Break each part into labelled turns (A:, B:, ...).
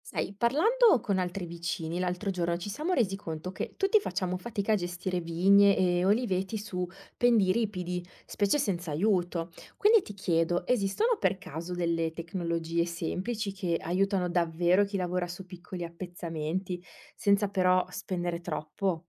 A: Sai, parlando con altri vicini l'altro giorno ci siamo resi conto che tutti facciamo fatica a gestire vigne e oliveti su pendii ripidi, specie senza aiuto. Quindi ti chiedo, esistono per caso delle tecnologie semplici che aiutano davvero chi lavora su piccoli appezzamenti, senza però spendere troppo?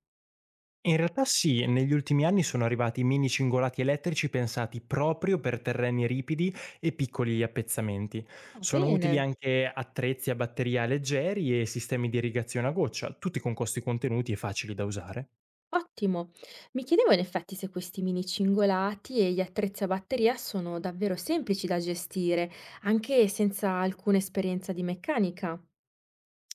B: In realtà sì, negli ultimi anni sono arrivati mini cingolati elettrici pensati proprio per terreni ripidi e piccoli appezzamenti.
A: Va
B: Sono utili
A: bene.
B: anche attrezzi a batteria leggeri e sistemi di irrigazione a goccia, tutti con costi contenuti e facili da usare.
A: Ottimo. Mi chiedevo in effetti se questi mini cingolati e gli attrezzi a batteria sono davvero semplici da gestire, anche senza alcuna esperienza di meccanica.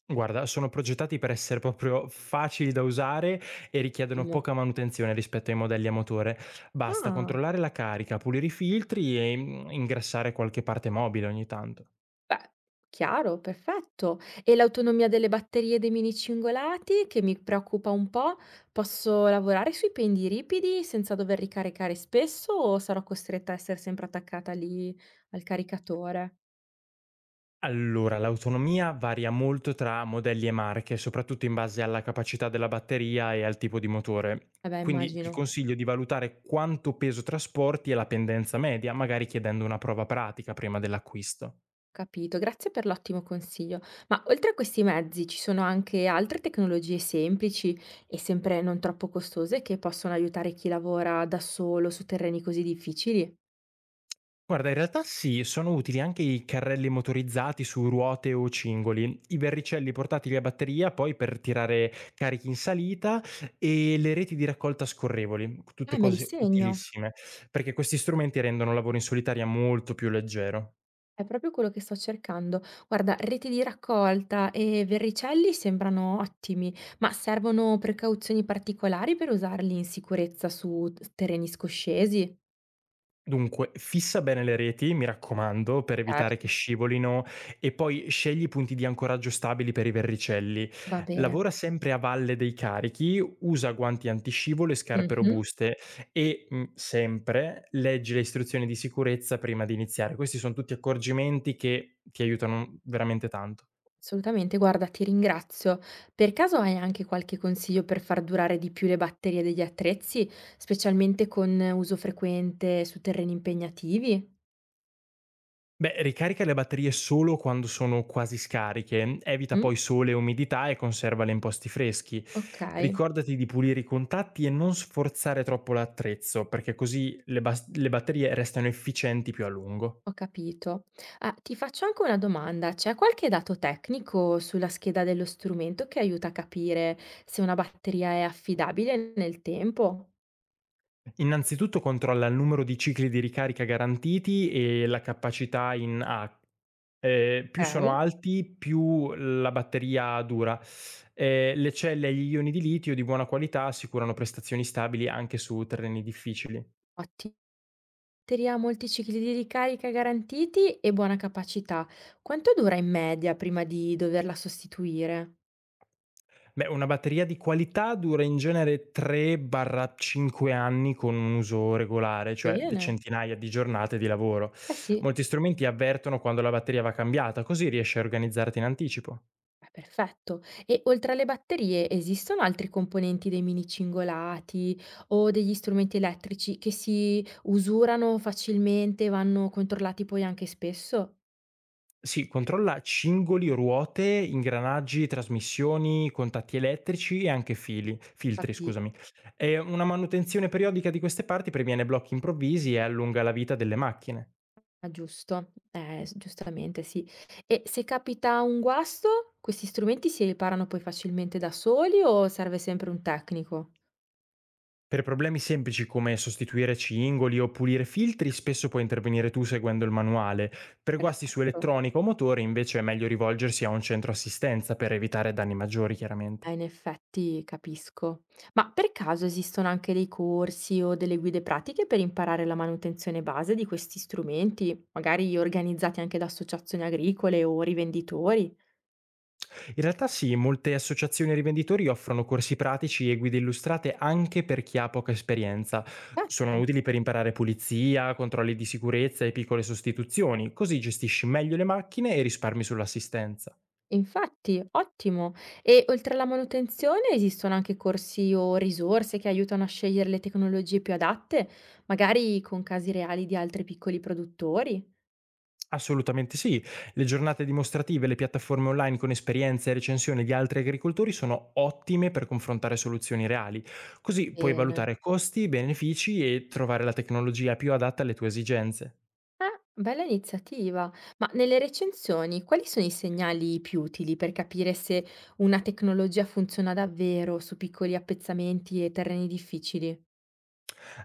B: Guarda, sono progettati per essere proprio facili da usare e richiedono
A: Ottimo.
B: poca manutenzione rispetto ai modelli a motore. Basta
A: Ah,
B: controllare la carica, pulire i filtri e ingrassare qualche parte mobile ogni tanto.
A: beh, chiaro, perfetto. E l'autonomia delle batterie dei mini cingolati, che mi preoccupa un po', posso lavorare sui pendi ripidi senza dover ricaricare spesso o sarò costretta a essere sempre attaccata lì al caricatore?
B: Allora, l'autonomia varia molto tra modelli e marche, soprattutto in base alla capacità della batteria e al tipo di motore.
A: Eh beh,
B: Quindi ti
A: immagino.
B: consiglio di valutare quanto peso trasporti e la pendenza media, magari chiedendo una prova pratica prima dell'acquisto.
A: Capito, grazie per l'ottimo consiglio. Ma oltre a questi mezzi ci sono anche altre tecnologie semplici e sempre non troppo costose che possono aiutare chi lavora da solo su terreni così difficili?
B: Guarda, in realtà sì, sono utili anche i carrelli motorizzati su ruote o cingoli, i verricelli portatili a batteria poi per tirare carichi in salita e le reti di raccolta scorrevoli, tutte
A: Me li
B: cose
A: segno.
B: utilissime, perché questi strumenti rendono il lavoro in solitaria molto più leggero.
A: È proprio quello che sto cercando. Guarda, reti di raccolta e verricelli sembrano ottimi, ma servono precauzioni particolari per usarli in sicurezza su terreni scoscesi?
B: Dunque, fissa bene le reti, mi raccomando, per evitare che
A: Certo,
B: scivolino e poi scegli punti di ancoraggio stabili per i verricelli.
A: va bene.
B: Lavora sempre a valle dei carichi, usa guanti antiscivolo e scarpe
A: Mhm.
B: robuste e sempre leggi le istruzioni di sicurezza prima di iniziare. Questi sono tutti accorgimenti che ti aiutano veramente tanto.
A: Assolutamente, guarda, ti ringrazio. Per caso hai anche qualche consiglio per far durare di più le batterie degli attrezzi, specialmente con uso frequente su terreni impegnativi?
B: Beh, ricarica le batterie solo quando sono quasi scariche, evita
A: Mh?
B: poi sole e umidità e conservale in posti freschi.
A: Okay,
B: Ricordati di pulire i contatti e non sforzare troppo l'attrezzo, perché così le batterie restano efficienti più a lungo.
A: ho capito. Ah, ti faccio anche una domanda: c'è qualche dato tecnico sulla scheda dello strumento che aiuta a capire se una batteria è affidabile nel tempo?
B: Innanzitutto controlla il numero di cicli di ricarica garantiti e la capacità in A. Più sono
A: Okay,
B: alti, più la batteria dura. Le celle e gli ioni di litio di buona qualità assicurano prestazioni stabili anche su terreni difficili.
A: ottimo. Batteria ha molti cicli di ricarica garantiti e buona capacità. Quanto dura in media prima di doverla sostituire?
B: Beh, una batteria di qualità dura in genere 3/5 anni con un uso regolare, cioè d
A: Bene.
B: centinaia di giornate di lavoro.
A: Eh sì,
B: Molti strumenti avvertono quando la batteria va cambiata, così riesci a organizzarti in anticipo.
A: è perfetto. E oltre alle batterie esistono altri componenti dei mini cingolati o degli strumenti elettrici che si usurano facilmente e vanno controllati poi anche spesso?
B: Sì, controlla cingoli, ruote, ingranaggi, trasmissioni, contatti elettrici e anche fili filtri,
A: Capisco.
B: scusami. E una manutenzione periodica di queste parti previene blocchi improvvisi e allunga la vita delle macchine.
A: Ah, giusto, s giustamente sì. E se capita un guasto, questi strumenti si riparano poi facilmente da soli o serve sempre un tecnico?
B: Per problemi semplici come sostituire cingoli o pulire filtri, spesso puoi intervenire tu seguendo il manuale. Per guasti su
A: Perfetto.
B: elettronica o motore, invece, è meglio rivolgersi a un centro assistenza per evitare danni maggiori, chiaramente.
A: In effetti capisco. Ma per caso esistono anche dei corsi o delle guide pratiche per imparare la manutenzione base di questi strumenti, magari organizzati anche da associazioni agricole o rivenditori?
B: In realtà sì, molte associazioni e rivenditori offrono corsi pratici e guide illustrate anche per chi ha poca esperienza. Sono
A: Perfetto.
B: utili per imparare pulizia, controlli di sicurezza e piccole sostituzioni, così gestisci meglio le macchine e risparmi sull'assistenza.
A: Infatti, ottimo. E oltre alla manutenzione esistono anche corsi o risorse che aiutano a scegliere le tecnologie più adatte, magari con casi reali di altri piccoli produttori?
B: Assolutamente sì. Le giornate dimostrative, le piattaforme online con esperienze e recensioni di altri agricoltori sono ottime per confrontare soluzioni reali. Così puoi
A: Bene.
B: valutare costi, benefici e trovare la tecnologia più adatta alle tue esigenze.
A: Ah, bella iniziativa. Ma nelle recensioni, quali sono i segnali più utili per capire se una tecnologia funziona davvero su piccoli appezzamenti e terreni difficili?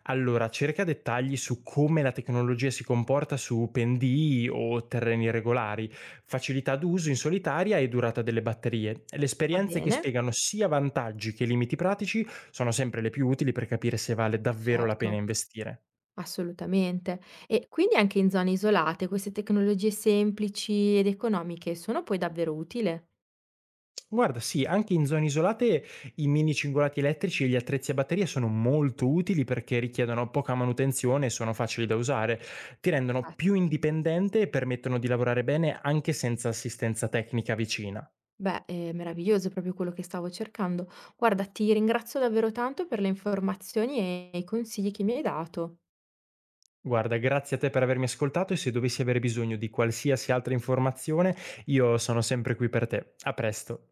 B: Allora, cerca dettagli su come la tecnologia si comporta su pendii o terreni irregolari, facilità d'uso in solitaria e durata delle batterie. Le
A: Va
B: esperienze che
A: bene?
B: spiegano sia vantaggi che limiti pratici sono sempre le più utili per capire se vale
A: Ah,
B: davvero la pena
A: certo.
B: investire.
A: Assolutamente. E quindi anche in zone isolate queste tecnologie semplici ed economiche sono poi davvero utile?
B: Guarda, sì, anche in zone isolate i mini cingolati elettrici e gli attrezzi a batteria sono molto utili perché richiedono poca manutenzione e sono facili da usare. Ti rendono più
A: Perfetto.
B: indipendente e permettono di lavorare bene anche senza assistenza tecnica vicina.
A: Beh, è meraviglioso proprio quello che stavo cercando. Guarda, ti ringrazio davvero tanto per le informazioni e i consigli che mi hai dato.
B: Guarda, grazie a te per avermi ascoltato e se dovessi avere bisogno di qualsiasi altra informazione, io sono sempre qui per te. A presto.